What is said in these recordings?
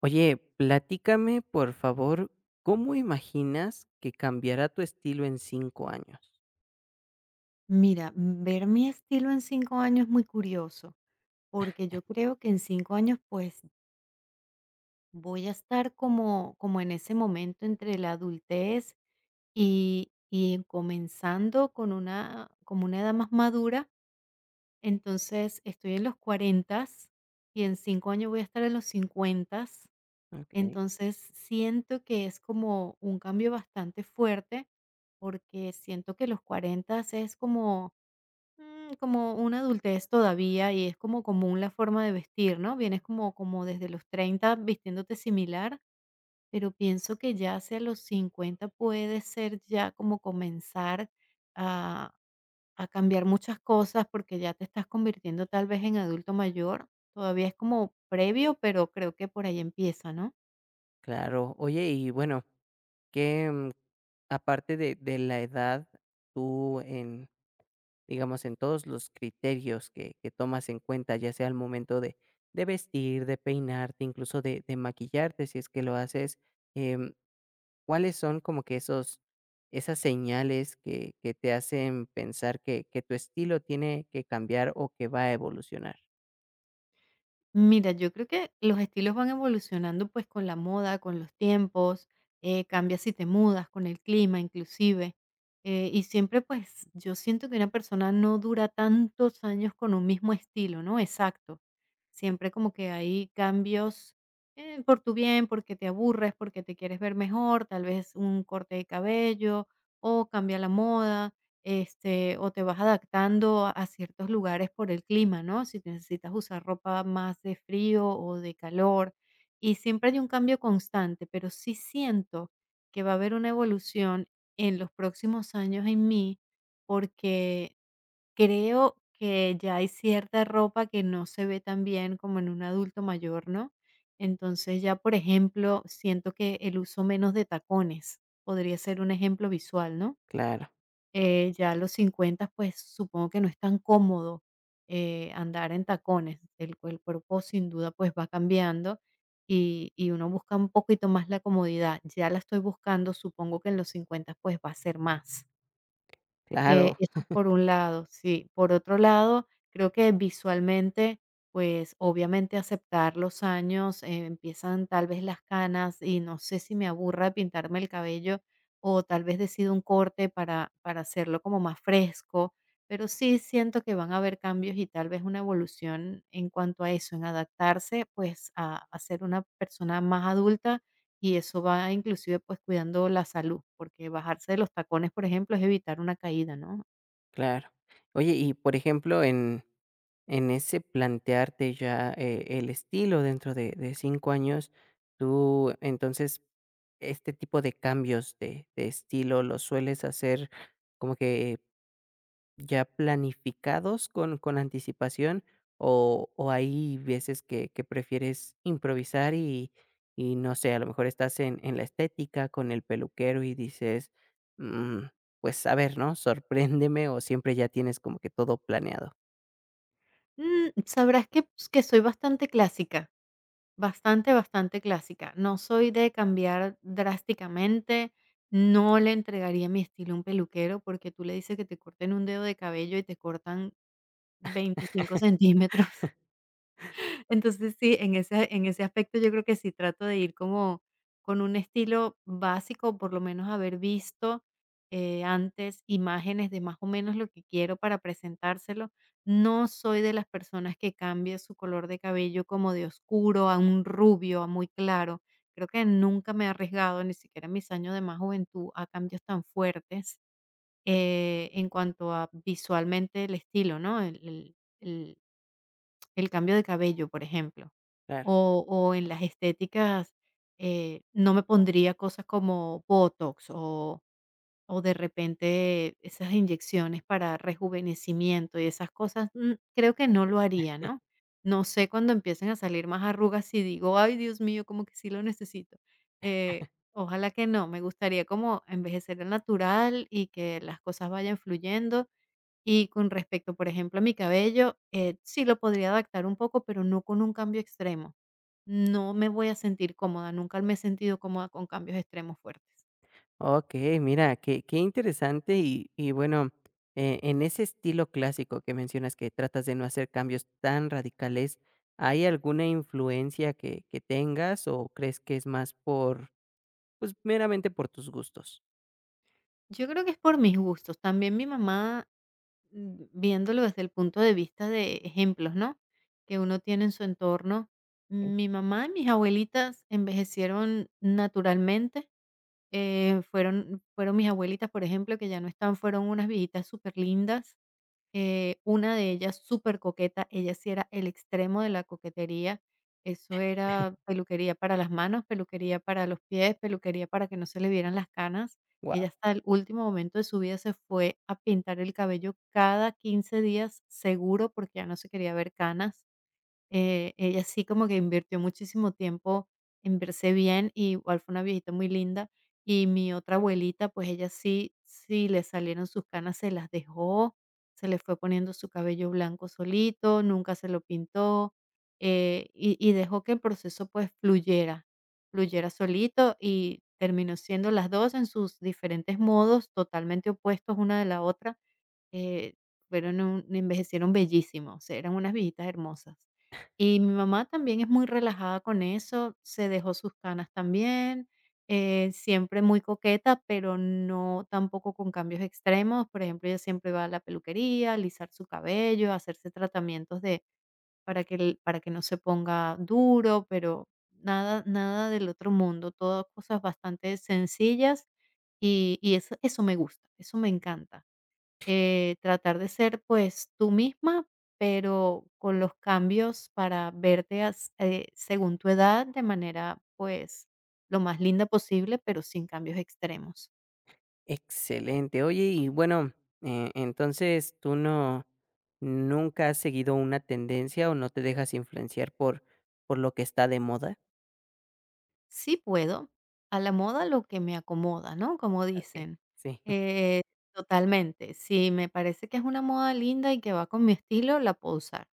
Oye, platícame, por favor, ¿cómo imaginas que cambiará tu estilo en 5 años? Mira, ver mi estilo en 5 años es muy curioso, porque yo creo que en 5 años, pues, voy a estar como en ese momento entre la adultez y comenzando con una como una edad más madura. Entonces, estoy en los 40 y en 5 años voy a estar en los 50. Okey, Entonces, siento que es como un cambio bastante fuerte, porque siento que los 40 es como una adultez todavía y es como común la forma de vestir, ¿no? Vienes como desde los 30 vistiéndote similar, pero pienso que ya hacia los 50 puede ser ya como comenzar a a cambiar muchas cosas, porque ya te estás convirtiendo tal vez en adulto mayor. Todavía es como previo, pero creo que por ahí empieza, ¿no? claro. Oye, y bueno, ¿qué, aparte de la edad, tú en, digamos, en todos los criterios que tomas en cuenta, ya sea al momento de vestir, de peinarte, incluso de maquillarte, si es que lo haces, em, ¿Cuáles son como que esos esas señales que te hacen pensar que tu estilo tiene que cambiar o que va a evolucionar? Mira, yo creo que los estilos van evolucionando pues con la moda, con los tiempos. Cambia si te mudas, con el clima inclusive. Y siempre pues yo siento que una persona no dura tantos años con un mismo estilo, ¿no? Exacto. Siempre como que hay cambios, por tu bien, porque te aburres, porque te quieres ver mejor, tal vez un corte de cabello o cambia la moda, o te vas adaptando a ciertos lugares por el clima, ¿no? Si necesitas usar ropa más de frío o de calor. Y siempre hay un cambio constante, pero sí siento que va a haber una evolución en los próximos años en mí, porque creo que ya hay cierta ropa que no se ve tan bien como en un adulto mayor, ¿no? Entonces ya, por ejemplo, siento que el uso menos de tacones podría ser un ejemplo visual, ¿no? Claro, Ya a los 50, pues, supongo que no es tan cómodo, andar en tacones. El cuerpo sin duda, pues, va cambiando y uno busca un poquito más la comodidad. Ya la estoy buscando, supongo que en los 50, pues, va a ser más. Claro, Eso por un lado, sí. Por otro lado, creo que visualmente, pues, obviamente aceptar los años, empiezan tal vez las canas y no sé si me aburra pintarme el cabello o tal vez decido un corte para hacerlo como más fresco, pero sí siento que van a haber cambios y tal vez una evolución en cuanto a eso, en adaptarse, pues, a ser una persona más adulta, y eso va inclusive, pues, cuidando la salud, porque bajarse de los tacones, por ejemplo, es evitar una caída, ¿no? claro. Oye, y por ejemplo, en ese plantearte ya, el estilo dentro de 5 años, tú entonces, este tipo de cambios de estilo, ¿los sueles hacer como que ya planificados con anticipación o hay veces que prefieres improvisar y no sé, a lo mejor estás en la estética con el peluquero y dices: "Mm, pues, a ver, ¿no? Sorpréndeme", o siempre ya tienes como que todo planeado? Sabrás que soy bastante clásica, bastante, bastante clásica. No soy de cambiar drásticamente, no le entregaría mi estilo a un peluquero, porque tú le dices que te corten un dedo de cabello y te cortan 25 centímetros. Entonces, sí, en ese aspecto yo creo que sí trato de ir como con un estilo básico, por lo menos haber visto, antes imágenes de más o menos lo que quiero para presentárselo. No soy de las personas que cambia su color de cabello como de oscuro a un rubio, a muy claro. Creo que nunca me he arriesgado, ni siquiera en mis años de más juventud, a cambios tan fuertes, en cuanto a visualmente el estilo, ¿no? El el cambio de cabello, por ejemplo, o en las estéticas. No me pondría cosas como botox o de repente esas inyecciones para rejuvenecimiento y esas cosas, creo que no lo haría, ¿no? No sé cuando empiecen a salir más arrugas si digo: "Ay, Dios mío, como que sí lo necesito". Eh, Ojalá que no, me gustaría como envejecer al natural y que las cosas vayan fluyendo, y con respecto, por ejemplo, a mi cabello, sí lo podría adaptar un poco, pero no con un cambio extremo. No me voy a sentir cómoda, nunca me he sentido cómoda con cambios extremos fuertes. Okey, mira, qué interesante y bueno, en ese estilo clásico que mencionas que tratas de no hacer cambios tan radicales, ¿hay alguna influencia que tengas o crees que es más por, pues, meramente por tus gustos? Yo creo que es por mis gustos. También mi mamá, viéndolo desde el punto de vista de ejemplos, ¿no? Que uno tiene en su entorno. Mi mamá y mis abuelitas envejecieron naturalmente. Fueron mis abuelitas, por ejemplo, que ya no están, fueron unas viejitas súper lindas. Una de ellas súper coqueta, ella sí era el extremo de la coquetería, eso era peluquería para las manos, peluquería para los pies, peluquería para que no se le vieran las canas. Wow, Ella hasta el último momento de su vida se fue a pintar el cabello cada 15 días seguro porque ya no se quería ver canas. Ella sí como que invirtió muchísimo tiempo en verse bien, y igual fue una viejita muy linda. Y mi otra abuelita, pues ella sí, sí le salieron sus canas, se las dejó, se le fue poniendo su cabello blanco solito, nunca se lo pintó. Y dejó que el proceso pues fluyera, fluyera solito, y terminó siendo las dos en sus diferentes modos totalmente opuestos una de la otra. Eh, fueron un Envejecieron bellísimos, o sea, eran unas viejitas hermosas. Y mi mamá también es muy relajada con eso, se dejó sus canas también. Siempre muy coqueta, pero no tampoco con cambios extremos. Por ejemplo, ella siempre va a la peluquería, a alisar su cabello, a hacerse tratamientos de para que el para que no se ponga duro, pero nada nada del otro mundo, todas cosas bastante sencillas, y eso me gusta, eso me encanta. Tratar de ser, pues, tú misma, pero con los cambios para verte as según tu edad, de manera, pues, lo más linda posible, pero sin cambios extremos. excelente. Oye, y bueno, entonces, ¿tú no nunca has seguido una tendencia o no te dejas influenciar por lo que está de moda? Sí puedo, a la moda lo que me acomoda, ¿no?, como Okey, dicen. sí. Eh, Totalmente, si me parece que es una moda linda y que va con mi estilo, la puedo usar.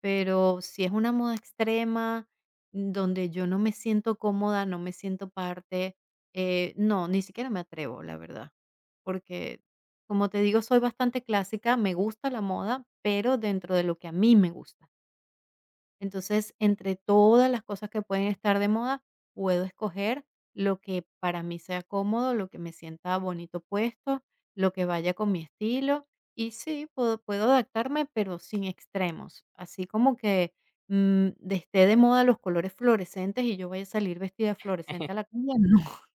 Pero si es una moda extrema, donde yo no me siento cómoda, no me siento parte. No, ni siquiera me atrevo, la verdad. Porque, como te digo, soy bastante clásica, me gusta la moda, pero dentro de lo que a mí me gusta. Entonces, entre todas las cosas que pueden estar de moda, puedo escoger lo que para mí sea cómodo, lo que me sienta bonito puesto, lo que vaya con mi estilo. Y sí, puedo adaptarme, pero sin extremos. Así como que esté de moda los colores fluorescentes y yo vaya a salir vestida de fluorescente a la calle, no,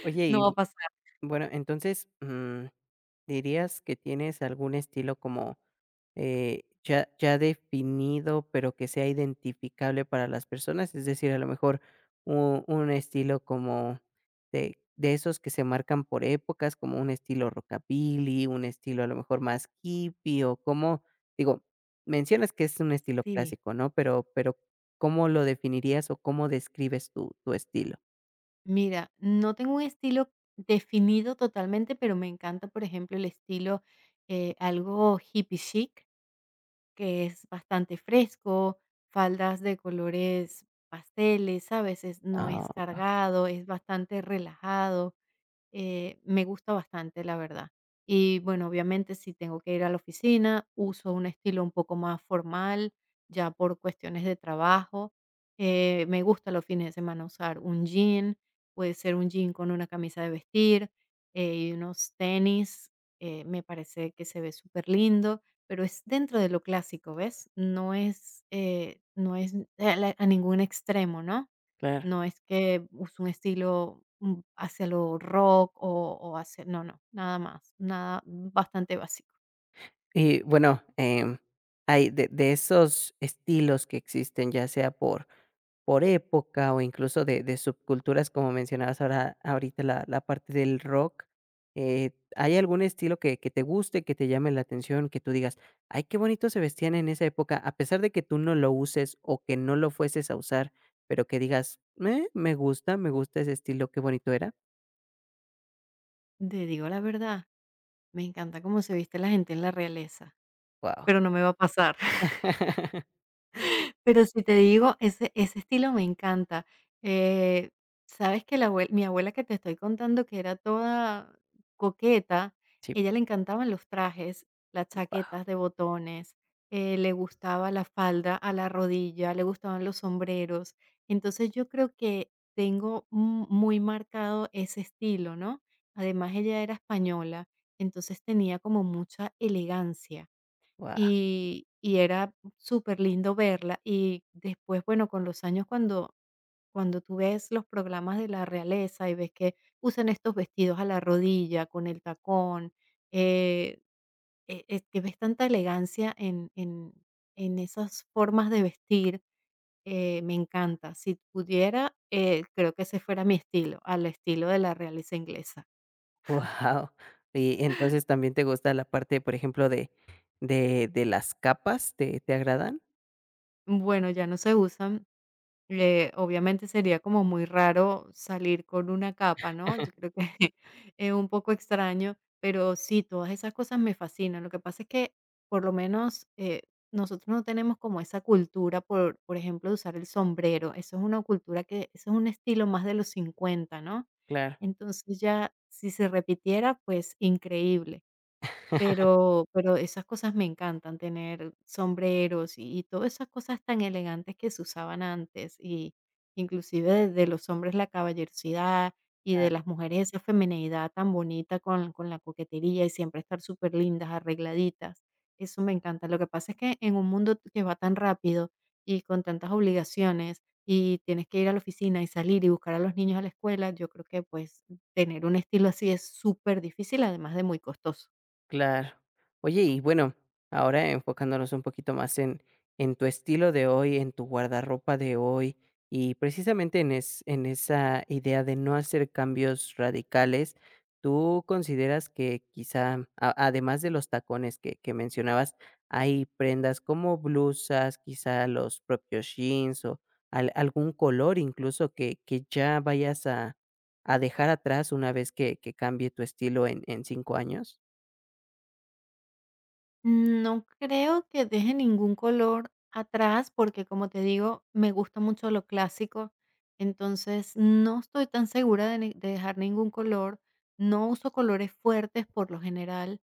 Oye, no va a y pasar. bueno, entonces, ¿dirías que tienes algún estilo como ya definido, pero que sea identificable para las personas? Es decir, a lo mejor un estilo como de esos que se marcan por épocas, como un estilo rockabilly, un estilo a lo mejor más hippie, o como, digo, mencionas que es un estilo Sí. clásico, ¿no? Pero, ¿cómo lo definirías o cómo describes tu estilo? Mira, no tengo un estilo definido totalmente, pero me encanta, por ejemplo, el estilo, algo hippie chic que es bastante fresco, faldas de colores pasteles, a veces no Ah, es cargado, es bastante relajado. Me gusta bastante, la verdad. Y bueno, obviamente si tengo que ir a la oficina, uso un estilo un poco más formal, ya por cuestiones de trabajo. Me gusta los fines de semana usar un jean, puede ser un jean con una camisa de vestir, y unos tenis. Me parece que se ve súper lindo, pero es dentro de lo clásico, ¿ves? No es, no es a, la- a ningún extremo, ¿no? claro. No es que uso un estilo, hacia lo rock o hacia no, no, nada más, nada, bastante básico. Y bueno, hay de esos estilos que existen, ya sea por época o incluso de subculturas, como mencionabas ahora ahorita la parte del rock, ¿hay algún estilo que te guste, que te llame la atención, que tú digas: "Ay, qué bonito se vestían en esa época", a pesar de que tú no lo uses o que no lo fueses a usar, pero que digas: me gusta ese estilo, qué bonito era"? Te digo la verdad, me encanta cómo se viste la gente en la realeza, Wow. pero no me va a pasar. Pero si te digo, ese estilo me encanta. Eh, sabes que la abue mi abuela que te estoy contando, que era toda coqueta, Sí, ella le encantaban los trajes, las chaquetas de botones. Le gustaba la falda a la rodilla, le gustaban los sombreros. Entonces, yo creo que tengo mu muy marcado ese estilo, ¿no? Además, ella era española, entonces tenía como mucha elegancia. wow. Y era súper lindo verla. Y después, bueno, con los años, cuando tú ves los programas de la realeza y ves que usan estos vestidos a la rodilla, con el tacón, eh, es que ves tanta elegancia en esas formas de vestir. Me encanta. Si pudiera, creo que ese fuera mi estilo, al estilo de la realeza inglesa. Wow, y entonces, ¿también te gusta la parte, por ejemplo, de las capas? ¿Te agradan? Bueno, ya no se usan. Obviamente sería como muy raro salir con una capa, ¿no? Yo creo que es un poco extraño, pero sí, todas esas cosas me fascinan. Lo que pasa es que por lo menos, nosotros no tenemos como esa cultura, por ejemplo, de usar el sombrero. Eso es una cultura que, eso es un estilo más de los 50, ¿no? Claro. Entonces ya, si se repitiera, pues increíble. Pero esas cosas me encantan, tener sombreros y todas esas cosas tan elegantes que se usaban antes, y inclusive de los hombres la caballerosidad y de las mujeres esa femineidad tan bonita con la coquetería y siempre estar súper lindas, arregladitas. Eso me encanta. Lo que pasa es que en un mundo que va tan rápido y con tantas obligaciones, y tienes que ir a la oficina y salir y buscar a los niños a la escuela, yo creo que, pues, tener un estilo así es súper difícil, además de muy costoso. Claro. Oye, y bueno, ahora enfocándonos un poquito más en tu estilo de hoy, en tu guardarropa de hoy, y precisamente en esa idea de no hacer cambios radicales, ¿tú consideras que quizá, a además de los tacones que mencionabas, hay prendas como blusas, quizá los propios jeans o al algún color incluso que ya vayas a dejar atrás una vez que cambie tu estilo en 5 años? No creo que deje ningún color atrás, porque como te digo, me gusta mucho lo clásico, entonces no estoy tan segura de dejar ningún color, no uso colores fuertes por lo general.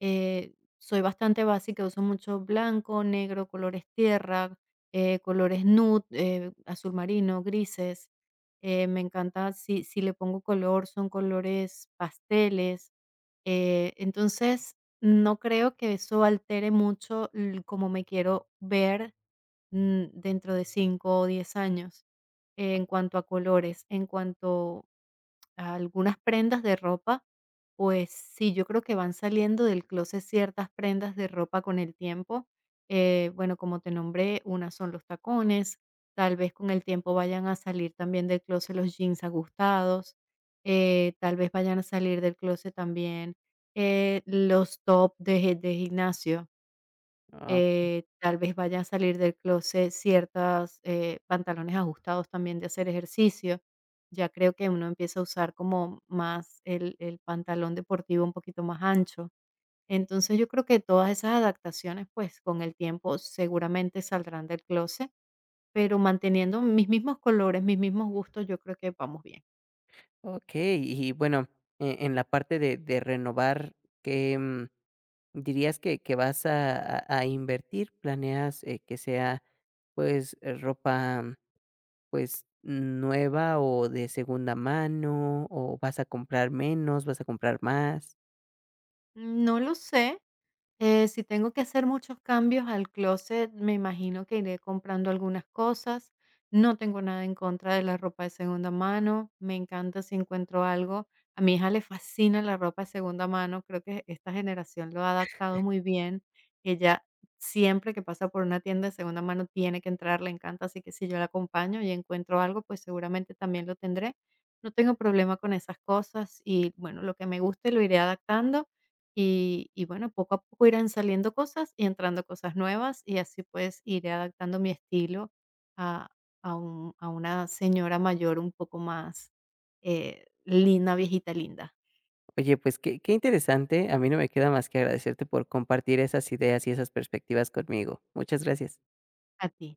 Soy bastante básica, uso mucho blanco, negro, colores tierra, colores nude, azul marino, grises. Me encanta si, le pongo color, son colores pasteles. Entonces, no creo que eso altere mucho cómo me quiero ver dentro de 5 o 10 años. En cuanto a colores, en cuanto algunas prendas de ropa, pues sí, yo creo que van saliendo del closet ciertas prendas de ropa con el tiempo. Bueno, como te nombré, unas son los tacones, tal vez con el tiempo vayan a salir también del closet los jeans ajustados. Tal vez vayan a salir del closet también, los top de gimnasio. Tal vez vaya a salir del clóset ciertas, pantalones ajustados también de hacer ejercicio. Ya creo que uno empieza a usar como más el pantalón deportivo un poquito más ancho. Entonces, yo creo que todas esas adaptaciones, pues, con el tiempo seguramente saldrán del clóset, pero manteniendo mis mismos colores, mis mismos gustos, yo creo que vamos bien. Okey, y bueno, en la parte de renovar, ¿qué, dirías que vas a invertir? ¿Planeas, que sea, pues, ropa, pues, nueva o de segunda mano, o vas a comprar menos, vas a comprar más? No lo sé. Si tengo que hacer muchos cambios al closet, me imagino que iré comprando algunas cosas. No tengo nada en contra de la ropa de segunda mano. Me encanta si encuentro algo. A mi hija le fascina la ropa de segunda mano. Creo que esta generación lo ha adaptado muy bien. Ella siempre que pasa por una tienda de segunda mano tiene que entrar, le encanta. Así que si yo la acompaño y encuentro algo, pues seguramente también lo tendré. No tengo problema con esas cosas y bueno, lo que me guste lo iré adaptando, y bueno, poco a poco irán saliendo cosas y entrando cosas nuevas, y así, pues, iré adaptando mi estilo a a una señora mayor un poco más, linda, viejita linda. Oye, pues, qué interesante, a mí no me queda más que agradecerte por compartir esas ideas y esas perspectivas conmigo. Muchas gracias. A ti.